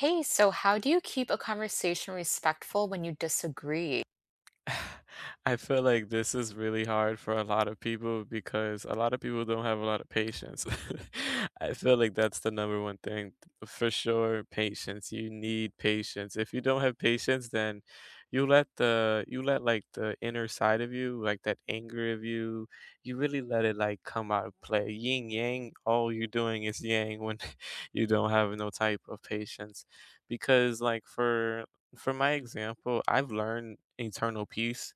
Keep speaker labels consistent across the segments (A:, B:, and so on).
A: Hey, so how do you keep a conversation respectful when you disagree?
B: I feel like this is really hard for a lot of people because a lot of people don't have a lot of patience. I feel like that's the number one thing for sure, patience. You need patience. If you don't have patience, then you let like the inner side of you, like that anger of you, you really let it like come out of play. Yin yang, all you're doing is yang when you don't have no type of patience. Because for my example, I've learned internal peace.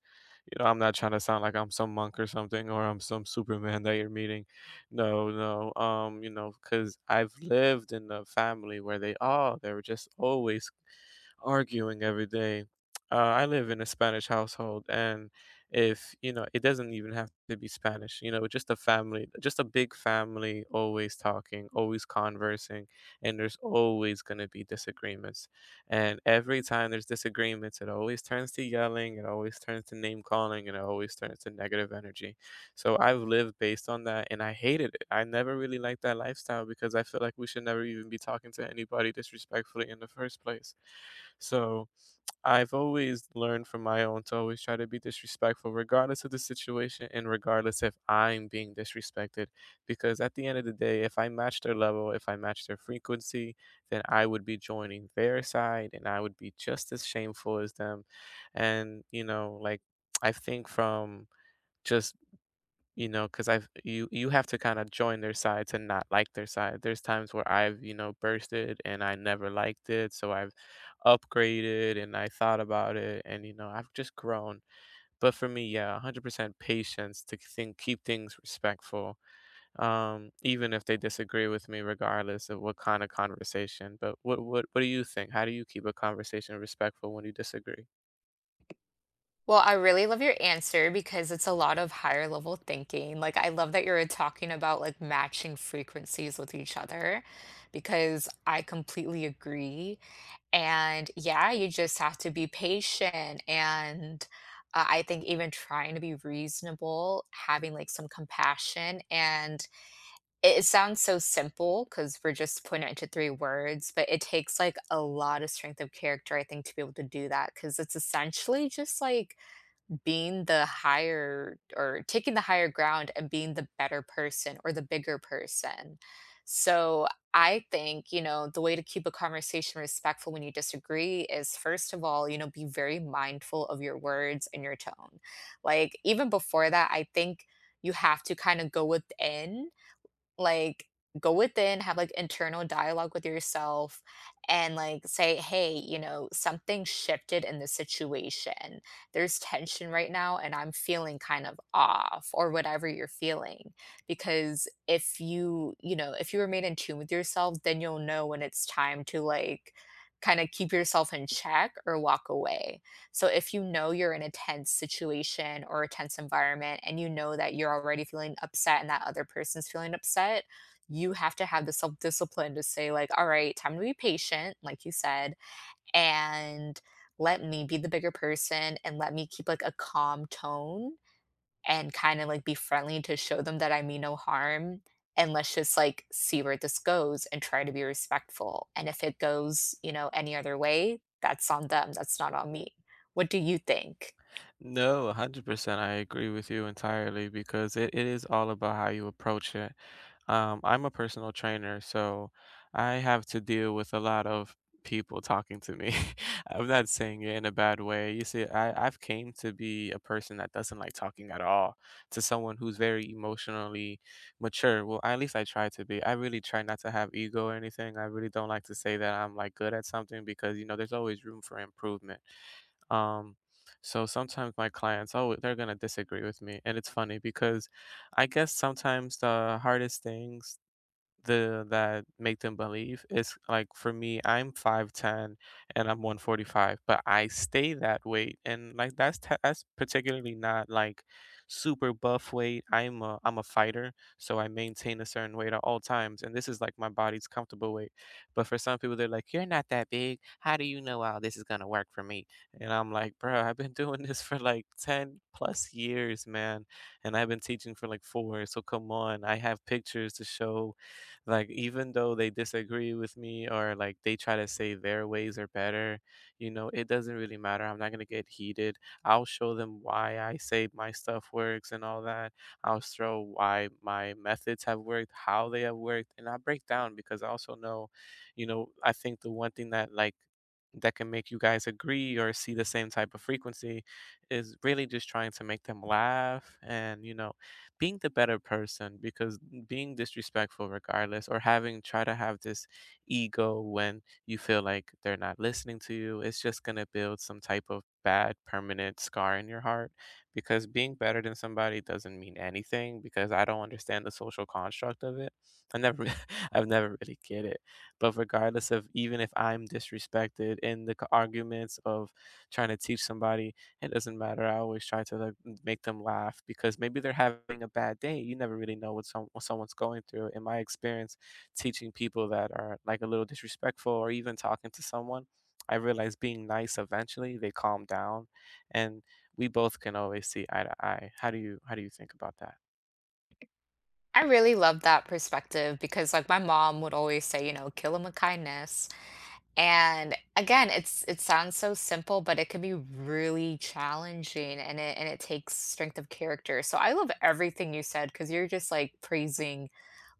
B: You know, I'm not trying to sound like I'm some monk or something, or I'm some Superman that you're meeting. No, no. You know, because I've lived in a family where they were just always arguing every day. I live in a Spanish household, and if you know, it doesn't even have to be Spanish. You know, just a family, just a big family, always talking, always conversing, and there's always going to be disagreements. And every time there's disagreements, it always turns to yelling, it always turns to name calling, and it always turns to negative energy. So I've lived based on that, and I hated it. I never really liked that lifestyle because I feel like we should never even be talking to anybody disrespectfully in the first place. So I've always learned from my own to always try to be disrespectful, regardless of the situation and regardless if I'm being disrespected. Because at the end of the day, if I match their level, if I match their frequency, then I would be joining their side and I would be just as shameful as them. And, you know, like I think from just you know, because 'cause I've you you have to kinda join their side to not like their side. There's times where I've, you know, bursted and I never liked it, so I've upgraded and I thought about it and, you know, I've just grown. But for me, yeah, 100% patience to think keep things respectful, even if they disagree with me regardless of what kinda conversation. But what do you think? How do you keep a conversation respectful when you disagree?
A: Well, I really love your answer because it's a lot of higher level thinking. Like, I love that you're talking about like matching frequencies with each other because I completely agree. And yeah, you just have to be patient. And I think even trying to be reasonable, having like some compassion and it sounds so simple because 'cause we're just putting it into 3 words, but it takes, like, a lot of strength of character, I think, to be able to do that because it's essentially just, like, being the higher or taking the higher ground and being the better person or the bigger person. So, I think, you know, the way to keep a conversation respectful when you disagree is, first of all, you know, be very mindful of your words and your tone. Like, even before that, I think you have to kinda go within like go within, have like internal dialogue with yourself and like say, hey, you know, something shifted in the situation. There's tension right now and I'm feeling kind of off or whatever you're feeling. Because if you, you know, if you remain in tune with yourself, then you'll know when it's time to like kind of keep yourself in check or walk away. So if you know you're in a tense situation or a tense environment and you know that you're already feeling upset and that other person's feeling upset, you have to have the self discipline to say, like, all right, time to be patient, like you said, and let me be the bigger person and let me keep like a calm tone and kinda, like, be friendly to show them that I mean no harm, and let's just, like, see where this goes and try to be respectful, and if it goes, you know, any other way, that's on them, that's not on me. What do you think?
B: No, 100%, I agree with you entirely because it is all about how you approach it. I'm a personal trainer, so I have to deal with a lot of people talking to me. I'm not saying it in a bad way. You see, I've came to be a person that doesn't like talking at all to someone who's very emotionally mature. Well, at least I try to be. I really try not to have ego or anything. I really don't like to say that I'm like good at something because, you know, there's always room for improvement. Um, so sometimes my clients, oh, they're gonna disagree with me, and it's funny because I guess sometimes the hardest things the that make them believe it's like for me, I'm 5'10" and I'm 145, but I stay that weight, and like that's particularly not like super buff weight. I'm a fighter, so I maintain a certain weight at all times, and this is like my body's comfortable weight. But for some people, they're like, "You're not that big. How do you know how this is gonna work for me?" And I'm like, "Bro, I've been doing this for like 10 plus years, man, and I've been teaching for like four. So come on, I have pictures to show like, even though they disagree with me or like they try to say their ways are better, you know, it doesn't really matter. I'm not going to get heated. I'll show them why I say my stuff works and all that. I'll show why my methods have worked, how they have worked. And I break down because I also know, you know, I think the one thing that that can make you guys agree or see the same type of frequency is really just trying to make them laugh and you know being the better person because being disrespectful regardless or having try to have this ego when you feel like they're not listening to you it's just going to build some type of bad permanent scar in your heart because being better than somebody doesn't mean anything because I don't understand the social construct of it I never I've never really get it but regardless of even if I'm disrespected in the arguments of trying to teach somebody, it doesn't matter. I always try to like make them laugh because maybe they're having a bad day. You never really know what someone's going through. In my experience, teaching people that are like a little disrespectful or even talking to someone, I realized being nice eventually they calm down and we both can always see eye to eye. How do you think about that?
A: I really love that perspective because, like, my mom would always say, you know, "Kill 'em with kindness." And again, it sounds so simple, but it can be really challenging and it takes strength of character. So I love everything you said because you're just like praising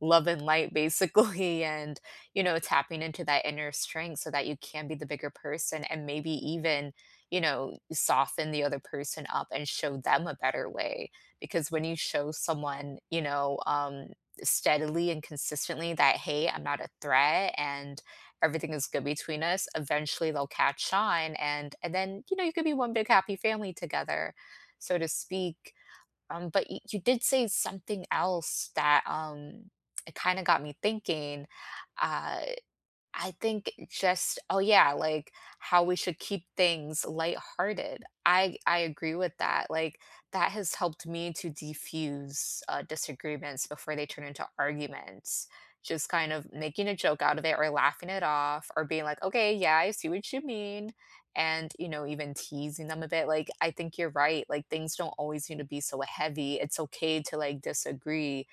A: love and light basically and you know tapping into that inner strength so that you can be the bigger person and maybe even, you know, soften the other person up and show them a better way because when you show someone, you know, steadily and consistently that hey, I'm not a threat and everything is good between us. Eventually, they'll catch on, and then you know you could be one big happy family together, so to speak. But you did say something else that it kind of got me thinking. Uh, I think it's just oh yeah, like how we should keep things lighthearted. I agree with that. Like that has helped me to defuse disagreements before they turn into arguments. Just kind of making a joke out of it or laughing it off or being like, "Okay, yeah, I see what you mean." And, you know, even teasing them a bit. Like I think you're right. Like things don't always need to be so heavy. It's okay to like disagree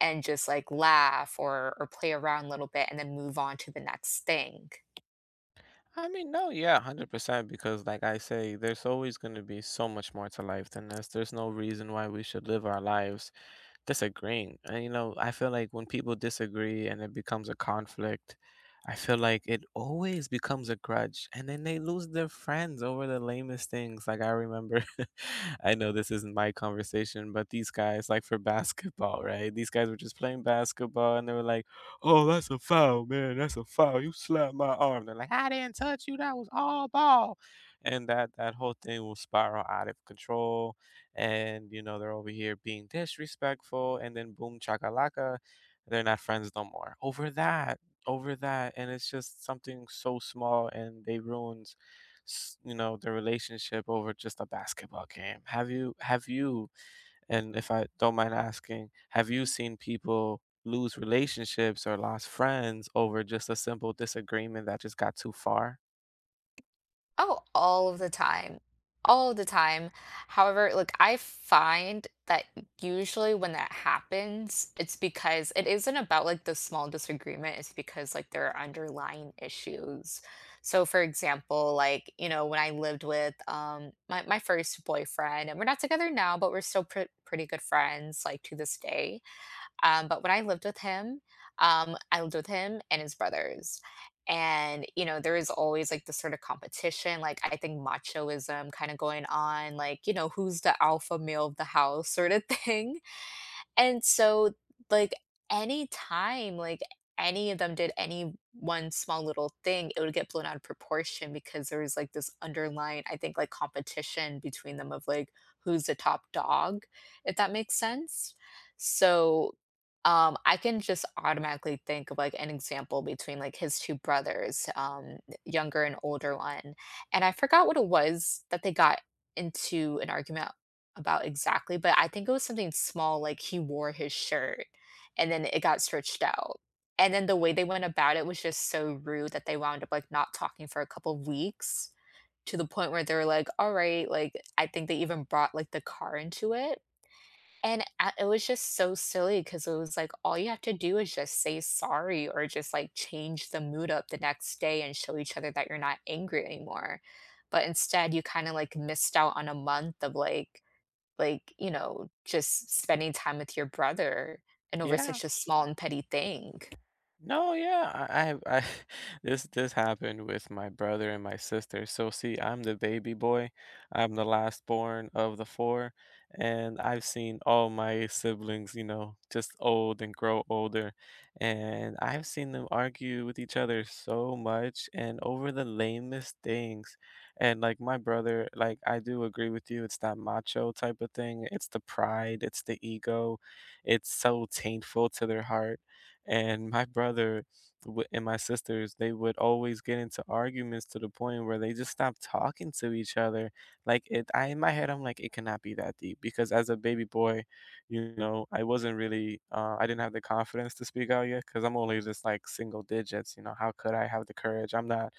A: and just like laugh or play around a little bit and then move on to the next thing.
B: I mean, no, yeah, 100% because like I say, there's always going to be so much more to life than this. There's no reason why we should live our lives disagreeing. And you know, I feel like when people disagree and it becomes a conflict, I feel like it always becomes a grudge. And then they lose their friends over the lamest things. Like I remember, I know this isn't my conversation, but these guys, like for basketball, right? These guys were just playing basketball and they were like, oh, that's a foul, man. That's a foul. You slapped my arm. They're like, I didn't touch you. That was all ball. And that whole thing will spiral out of control and you know they're over here being disrespectful and then boom chakalaka they're not friends no more over that and it's just something so small and they ruins you know the relationship over just a basketball game have you and if I don't mind asking have you seen people lose relationships or lost friends over just a simple disagreement that just got too far
A: Oh, all of the time. All of the time. However, like I find that usually when that happens, it's because it isn't about like the small disagreement, it's because like there are underlying issues. So for example, like, you know, when I lived with my first boyfriend and we're not together now, but we're still pretty good friends like to this day. But when I lived with him, I lived with him and his brothers. And, you know, there is always like this sort of competition, like I think machoism kind of going on, like, you know, who's the alpha male of the house sort of thing. And so, like, any time, like, any of them did any one small little thing, it would get blown out of proportion because there was like this underlying, I think, like competition between them of like who's the top dog, if that makes sense. So, I can just automatically think of like an example between like his two brothers, younger and older one. And I forgot what it was that they got into an argument about exactly, but I think it was something small, like he wore his shirt and then it got searched out. And then the way they went about it was just so rude that they wound up like not talking for a couple of weeks to the point where they were like, all right, like I think they even brought like the car into it. And it was just so silly because it was like all you have to do is just say sorry or just like change the mood up the next day and show each other that you're not angry anymore. But instead, you kind of like missed out on a month of you know, just spending time with your brother and over
B: yeah
A: such a small and petty thing.
B: No, yeah, I have I this happened with my brother and my sister. So see, I'm the baby boy. I'm the last born of the four, and I've seen all my siblings, you know, just old and grow older, and I've seen them argue with each other so much and over the lamest things. And like my brother, like I do agree with you, it's that macho type of thing. It's the pride, it's the ego. It's so taintful to their heart and and my sisters, they would always get into arguments to the point where they just stopped talking to each other. I in my head, I'm like, it cannot be that deep because as a baby boy, you know, I wasn't really, I didn't have the confidence to speak out yet because I'm only just like single digits. You know, how could I have the courage?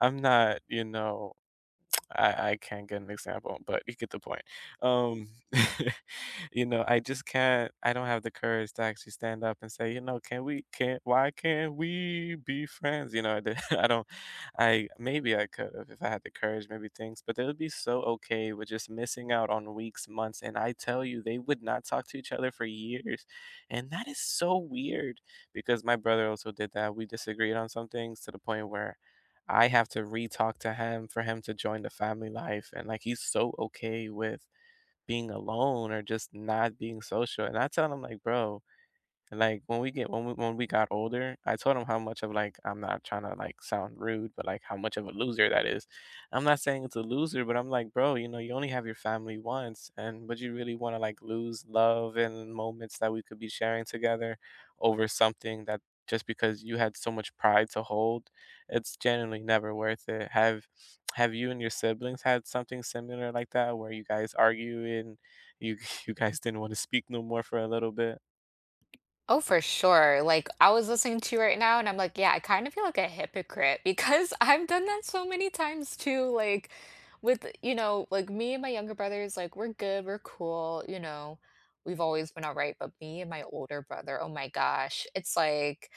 B: I'm not, you know, I can't get an example, but you get the point. Um, you know, I just can't. I don't have the courage to actually stand up and say, you know, can we? Can why can't we be friends? You know, I don't. I maybe I could have if I had the courage, maybe things, but they would be so okay with just missing out on weeks, months, and I tell you, they would not talk to each other for years, and that is so weird because my brother also did that. We disagreed on some things to the point where I have to re-talk to him for him to join the family life, and, like, he's so okay with being alone or just not being social, and I tell him, like, "Bro, and like, when we get when we got older, I told him how much of, like I'm not trying to, like, sound rude, but, like, how much of a loser that is. I'm not saying it's a loser, but I'm like, "Bro, you know, you only have your family once, and would you really wanna, like, lose love and moments that we could be sharing together over something that just because you had so much pride to hold, it's generally never worth it." Have you and your siblings had something similar like that where you guys argue and you you guys didn't wanna speak no more for a little bit?
A: Oh, for sure. Like, I was listening to you right now, and I'm like, yeah, I kind of feel like a hypocrite because I've done that so many times too. Like, with, you know, like me and my younger brothers, like, we're good, we're cool, you know, we've always been all right. But me and my older brother, oh my gosh, it's like,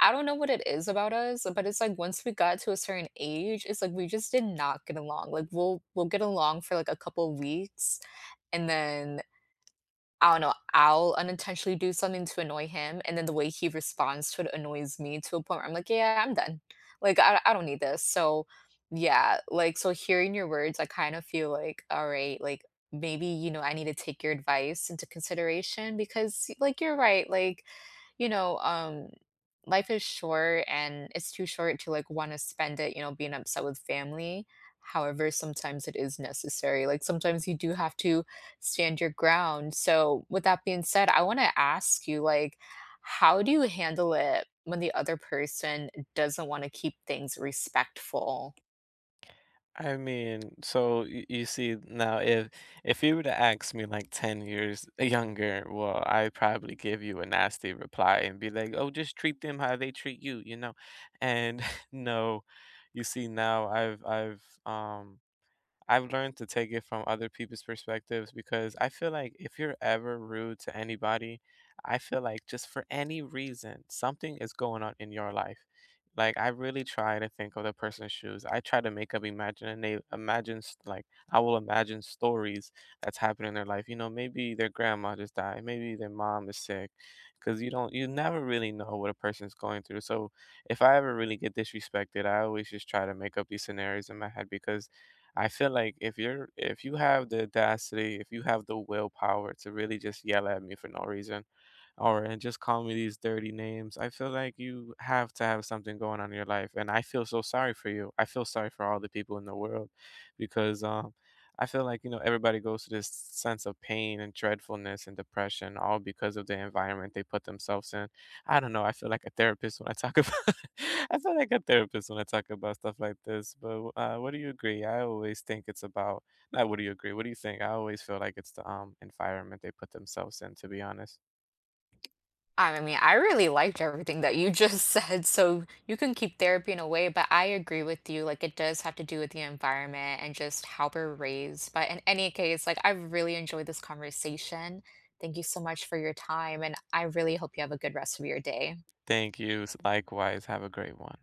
A: I don't know what it is about us, but it's like once we got to a certain age, it's like we just did not get along. Like, we'll get along for like a couple weeks, and then I don't know, I'll unintentionally do something to annoy him, and then the way he responds to it annoys me to a point where I'm like, "Yeah, I'm done. Like, I don't need this." So, yeah, like, so hearing your words, I kind of feel like, all right, like, maybe, you know, I need to take your advice into consideration because, like, you're right. Like, you know, life is short and it's too short to like want to spend it, you know, being upset with family. However, sometimes it is necessary. Like sometimes you do have to stand your ground. So, with that being said, I want to ask you, like, how do you handle it when the other person doesn't want to keep things respectful?
B: I mean, so you see now if you were to ask me like 10 years younger, well, I'd probably give you a nasty reply and be like, "Oh, just treat them how they treat you," you know? And no, you see now I've learned to take it from other people's perspectives because I feel like if you're ever rude to anybody, I feel like just for any reason, something is going on in your life. Like I really try to think of the person's shoes. I try to make up imagine and like I will imagine stories that's happened in their life. You know, maybe their grandma just died, maybe their mom is sick, because you never really know what a person's going through. So if I ever really get disrespected, I always just try to make up these scenarios in my head because I feel like if you have the audacity, if you have the willpower to really just yell at me for no reason, or and just call me these dirty names. I feel like you have to have something going on in your life, and I feel so sorry for you. I feel sorry for all the people in the world because I feel like you know everybody goes through this sense of pain and dreadfulness and depression all because of the environment they put themselves in. I don't know. I feel like a therapist when I talk about I feel like a therapist when I talk about stuff like this. But What do you agree? I always think it's about not what do you agree? What do you think? I always feel like it's the environment they put themselves in, to be honest.
A: I mean, I really liked everything that you just said. So you can keep therapy in a way, but I agree with you. Like, it does have to do with the environment and just how we're raised. But in any case, like, I really enjoyed this conversation. Thank you so much for your time. And I really hope you have a good rest of your day.
B: Thank you. Likewise. Have a great one.